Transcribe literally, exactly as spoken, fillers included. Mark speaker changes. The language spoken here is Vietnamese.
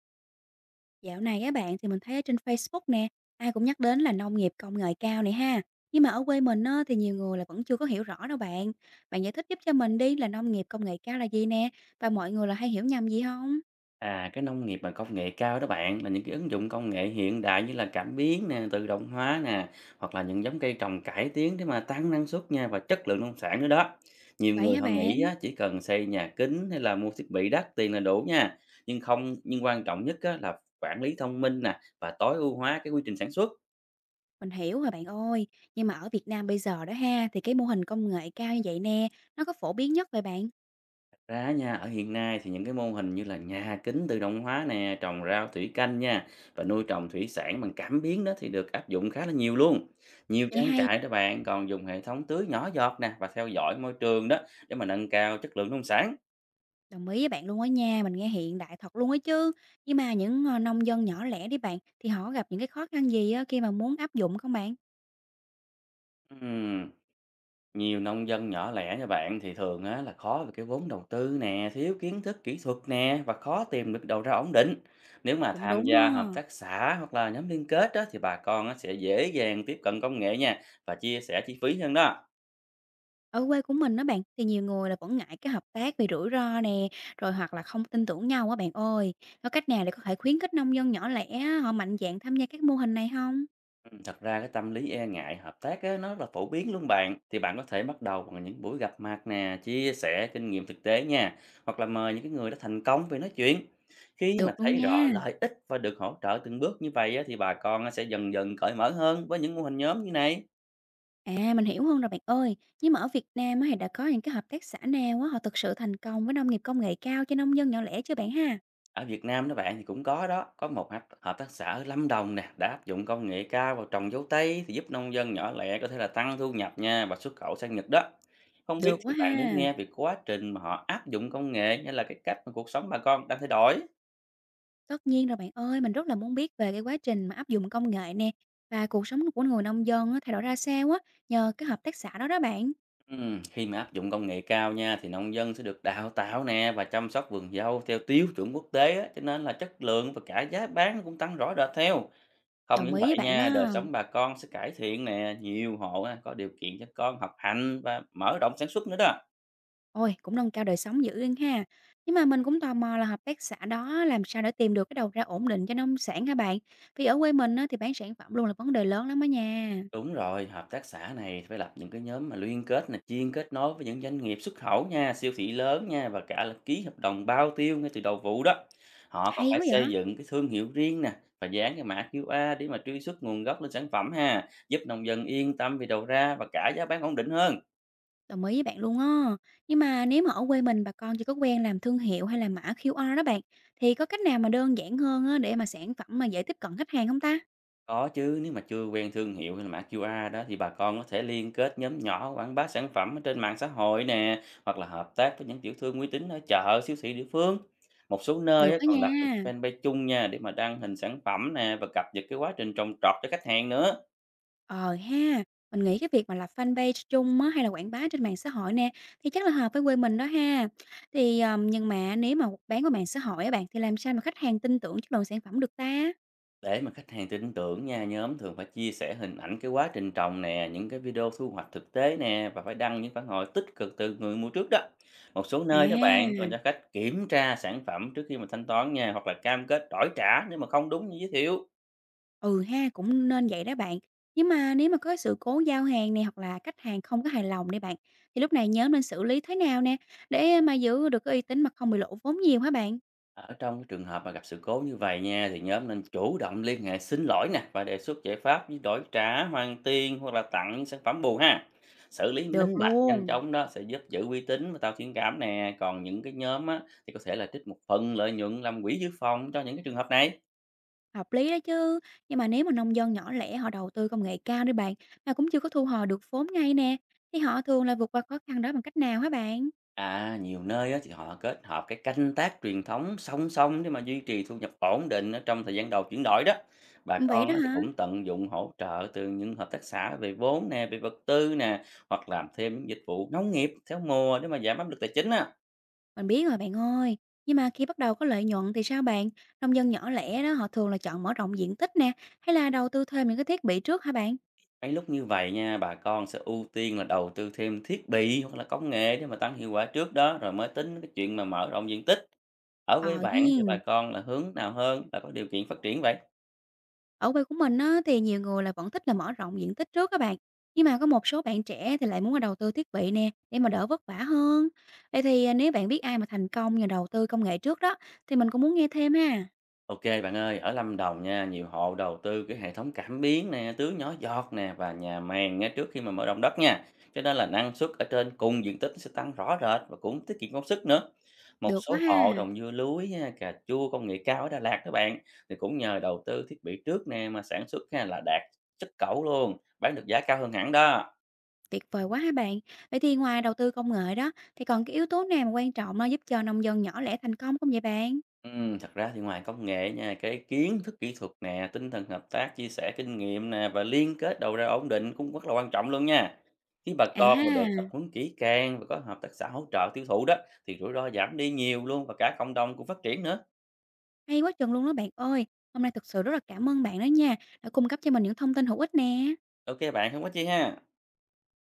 Speaker 1: Dạo này á bạn thì mình thấy ở trên Facebook nè, ai cũng nhắc đến là nông nghiệp công nghệ cao này ha. Nhưng mà ở quê mình á, thì nhiều người là vẫn chưa có hiểu rõ đâu bạn. Bạn giải thích giúp cho mình đi là nông nghiệp công nghệ cao là gì nè và mọi người là hay hiểu nhầm gì không?
Speaker 2: À, cái nông nghiệp mà công nghệ cao đó bạn là những cái ứng dụng công nghệ hiện đại như là cảm biến nè, tự động hóa nè, hoặc là những giống cây trồng cải tiến để mà tăng năng suất nha và chất lượng nông sản nữa đó. Nhiều
Speaker 1: Vậy
Speaker 2: người
Speaker 1: hả
Speaker 2: họ
Speaker 1: bạn?
Speaker 2: nghĩ á, chỉ cần xây nhà kính hay là mua thiết bị đắt tiền là đủ nha, nhưng không nhưng quan trọng nhất á, là quản lý thông minh nè và tối ưu hóa cái quy trình sản xuất.
Speaker 1: Mình hiểu rồi bạn ơi. Nhưng mà ở Việt Nam bây giờ đó ha thì cái mô hình công nghệ cao như vậy nè, nó có phổ biến nhất vậy bạn?
Speaker 2: Ra á nha, ở hiện nay thì những cái mô hình như là nhà kính tự động hóa nè, trồng rau thủy canh nha và nuôi trồng thủy sản bằng cảm biến đó thì được áp dụng khá là nhiều luôn. Nhiều
Speaker 1: Nghe
Speaker 2: trang
Speaker 1: hay.
Speaker 2: trại đó bạn còn dùng hệ thống tưới nhỏ giọt nè và theo dõi môi trường đó để mà nâng cao chất lượng nông sản.
Speaker 1: Đồng ý với bạn luôn á nha, mình nghe hiện đại thật luôn á chứ. Nhưng mà những ờ, nông dân nhỏ lẻ đi bạn thì họ gặp những cái khó khăn gì á khi mà muốn áp dụng không bạn?
Speaker 2: Ừm. Nhiều nông dân nhỏ lẻ như bạn thì thường á, là khó về cái vốn đầu tư nè, thiếu kiến thức kỹ thuật nè và khó tìm được đầu ra ổn định. Nếu mà
Speaker 1: Cũng
Speaker 2: tham
Speaker 1: đúng á.
Speaker 2: gia hợp tác xã hoặc là nhóm liên kết á, thì bà con á, sẽ dễ dàng tiếp cận công nghệ nha và chia sẻ chi phí hơn đó.
Speaker 1: Ở quê của mình á bạn, thì nhiều người là vẫn ngại cái hợp tác vì rủi ro nè, rồi hoặc là không tin tưởng nhau á bạn ơi. Có cách nào để có thể khuyến khích nông dân nhỏ lẻ họ mạnh dạn tham gia các mô hình này không?
Speaker 2: Ừ, thật ra cái tâm lý e ngại hợp tác á, nó rất là phổ biến luôn bạn. Thì bạn có thể bắt đầu bằng những buổi gặp mặt nè, chia sẻ kinh nghiệm thực tế nha, hoặc là mời những cái người đã thành công về nói chuyện. Khi mà
Speaker 1: Được luôn
Speaker 2: thấy rõ
Speaker 1: nha.
Speaker 2: lợi ích và được hỗ trợ từng bước như vậy á, thì bà con á sẽ dần dần cởi mở hơn với những mô hình nhóm như này.
Speaker 1: À, mình hiểu hơn rồi bạn ơi. Nhưng mà ở Việt Nam á thì đã có những cái hợp tác xã nào á, họ thực sự thành công với nông nghiệp công nghệ cao cho nông dân nhỏ lẻ chưa bạn ha?
Speaker 2: Ở Việt Nam đó bạn thì cũng có đó, có một hợp hợp tác xã ở Lâm Đồng nè đã áp dụng công nghệ cao vào trồng dâu tây thì giúp nông dân nhỏ lẻ có thể là tăng thu nhập nha và xuất khẩu sang Nhật đó. Không biết
Speaker 1: Được
Speaker 2: thì
Speaker 1: quá
Speaker 2: bạn muốn
Speaker 1: ha.
Speaker 2: nghe về quá trình mà họ áp dụng công nghệ hay là cái cách mà cuộc sống bà con đang thay đổi?
Speaker 1: Tất nhiên rồi bạn ơi, mình rất là muốn biết về cái quá trình mà áp dụng công nghệ nè và cuộc sống của người nông dân á, thay đổi ra sao á, nhờ cái hợp tác xã đó đó bạn.
Speaker 2: Ừm, khi mà áp dụng công nghệ cao nha thì nông dân sẽ được đào tạo nè và chăm sóc vườn dâu theo tiêu chuẩn quốc tế á, cho nên là chất lượng và cả giá bán cũng tăng rõ rệt theo. Không
Speaker 1: Đồng
Speaker 2: những
Speaker 1: ý với
Speaker 2: vậy
Speaker 1: bạn
Speaker 2: nha, đời
Speaker 1: đó.
Speaker 2: sống bà con sẽ cải thiện nè, nhiều hộ á, có điều kiện cho con học hành và mở rộng sản xuất nữa đó.
Speaker 1: Ôi, cũng nâng cao đời sống dữ luôn ha. Nhưng mà mình cũng tò mò là hợp tác xã đó làm sao để tìm được cái đầu ra ổn định cho nông sản hả bạn? Vì ở quê mình á, thì bán sản phẩm luôn là vấn đề lớn lắm đó nha.
Speaker 2: Đúng rồi, hợp tác xã này phải lập những cái nhóm mà liên kết này chuyên kết nối với những doanh nghiệp xuất khẩu nha, siêu thị lớn nha và cả là ký hợp đồng bao tiêu ngay từ đầu vụ đó. Họ còn
Speaker 1: Hay
Speaker 2: phải
Speaker 1: quá
Speaker 2: xây
Speaker 1: vậy,
Speaker 2: dựng cái thương hiệu riêng nè và dán cái mã cu a để mà truy xuất nguồn gốc lên sản phẩm ha, giúp nông dân yên tâm về đầu ra và cả giá bán ổn định hơn.
Speaker 1: đồng ý với bạn luôn á. Nhưng mà nếu mà ở quê mình bà con chưa có quen làm thương hiệu hay là mã ki u a rờ đó bạn, thì có cách nào mà đơn giản hơn á, để mà sản phẩm mà dễ tiếp cận khách hàng không ta?
Speaker 2: Có chứ, nếu mà chưa quen thương hiệu hay là mã cu a đó thì bà con có thể liên kết nhóm nhỏ quảng bá sản phẩm ở trên mạng xã hội nè, hoặc là hợp tác với những tiểu thương uy tín ở chợ, siêu thị địa phương. Một số nơi á,
Speaker 1: Được đó
Speaker 2: còn lập những
Speaker 1: nha.
Speaker 2: cái fanpage chung nha để mà đăng hình sản phẩm nè và cập nhật cái quá trình trồng trọt cho khách hàng nữa.
Speaker 1: Ờ ha, mình nghĩ cái việc mà lập fanpage chung á, hay là quảng bá trên mạng xã hội nè, thì chắc là hợp với quê mình đó ha. Thì, ờm, nhưng mà nếu mà bán qua mạng xã hội á bạn, thì làm sao mà khách hàng tin tưởng chất lượng sản phẩm được ta?
Speaker 2: Để mà khách hàng tin tưởng nha, nhóm thường phải chia sẻ hình ảnh cái quá trình trồng nè, những cái video thu hoạch thực tế nè và phải đăng những phản hồi tích cực từ người mua trước đó. Một số
Speaker 1: À,
Speaker 2: nơi các bạn còn cho khách kiểm tra sản phẩm trước khi mà thanh toán nha, hoặc là cam kết đổi trả nếu mà không đúng như giới thiệu.
Speaker 1: ừ ha, cũng nên vậy đó bạn. Nhưng mà nếu mà có sự cố giao hàng này hoặc là khách hàng không có hài lòng đi bạn, thì lúc này nhóm nên xử lý thế nào nè, để mà giữ được cái uy tín mà không bị lỗ vốn nhiều hả bạn?
Speaker 2: Ở trong cái trường hợp mà gặp sự cố như vậy nha, thì nhóm nên chủ động liên hệ xin lỗi nè và đề xuất giải pháp như đổi trả, hoàn tiền hoặc là tặng những sản phẩm bù ha. Xử lý
Speaker 1: Được
Speaker 2: minh bạch nhanh
Speaker 1: luôn.
Speaker 2: chóng đó sẽ giúp giữ uy tín và tạo thiện cảm nè. Còn những cái nhóm á, thì có thể là trích một phần lợi nhuận làm quỹ dự phòng cho những cái trường hợp này.
Speaker 1: Hợp lý đó chứ, nhưng mà nếu mà nông dân nhỏ lẻ họ đầu tư công nghệ cao đấy bạn, mà cũng chưa có thu hồi được vốn ngay nè, thì họ thường là vượt qua khó khăn đó bằng cách nào hả bạn?
Speaker 2: À, nhiều nơi á, thì họ kết hợp cái canh tác truyền thống song song để mà duy trì thu nhập ổn định ở trong thời gian đầu chuyển đổi đó. Bà
Speaker 1: Ừ, vậy
Speaker 2: con
Speaker 1: đó
Speaker 2: á, thì
Speaker 1: hả?
Speaker 2: cũng tận dụng hỗ trợ từ những hợp tác xã về vốn nè, về vật tư nè, hoặc làm thêm những dịch vụ nông nghiệp theo mùa để mà giảm áp lực tài chính á.
Speaker 1: Mình biết rồi bạn ơi, nhưng mà khi bắt đầu có lợi nhuận thì sao bạn? Nông dân nhỏ lẻ đó họ thường là chọn mở rộng diện tích nè, hay là đầu tư thêm những cái thiết bị trước hả bạn?
Speaker 2: Mấy lúc như vậy nha, bà con sẽ ưu tiên là đầu tư thêm thiết bị hoặc là công nghệ để mà tăng hiệu quả trước đó, rồi mới tính đến cái chuyện mà mở rộng diện tích. Ở với
Speaker 1: Ờ
Speaker 2: bạn thì bà
Speaker 1: hiên.
Speaker 2: con là hướng nào hơn là có điều kiện phát triển vậy?
Speaker 1: Ở quê của mình á, thì nhiều người là vẫn thích là mở rộng diện tích trước các bạn. Nhưng mà có một số bạn trẻ thì lại muốn là đầu tư thiết bị nè, để mà đỡ vất vả hơn. Vậy thì à, nếu bạn biết ai mà thành công nhờ đầu tư công nghệ trước đó, thì mình cũng muốn nghe thêm ha.
Speaker 2: OK bạn ơi, ở Lâm Đồng nha, nhiều hộ đầu tư cái hệ thống cảm biến nè, tưới nhỏ giọt nè và nhà màng ngay trước khi mà mở rộng đất nha. Cho nên là năng suất ở trên cùng diện tích sẽ tăng rõ rệt và cũng tiết kiệm công sức nữa. Một
Speaker 1: Được quá
Speaker 2: số hộ
Speaker 1: ha,
Speaker 2: trồng dưa lưới nha, cà chua công nghệ cao ở Đà Lạt các bạn thì cũng nhờ đầu tư thiết bị trước nè mà sản xuất ha là đạt chất cẩu luôn, bán được giá cao hơn hẳn đó.
Speaker 1: tuyệt vời quá ha bạn. Vậy thì ngoài đầu tư công nghệ đó, thì còn cái yếu tố nào mà quan trọng nó giúp cho nông dân nhỏ lẻ thành công không vậy bạn?
Speaker 2: Ừm, thật ra thì ngoài công nghệ nha, cái kiến thức kỹ thuật nè, tinh thần hợp tác, chia sẻ kinh nghiệm nè và liên kết đầu ra ổn định cũng rất là quan trọng luôn nha. Khi bà
Speaker 1: À
Speaker 2: con mà được tập
Speaker 1: ha,
Speaker 2: huấn kỹ càng và có hợp tác xã hỗ trợ tiêu thụ đó thì rủi ro giảm đi nhiều luôn và cả cộng đồng cũng phát triển nữa.
Speaker 1: hay quá chừng luôn đó bạn ơi. Hôm nay thực sự rất là cảm ơn bạn đó nha, đã cung cấp cho mình những thông tin hữu ích nè.
Speaker 2: OK bạn, không có chi ha.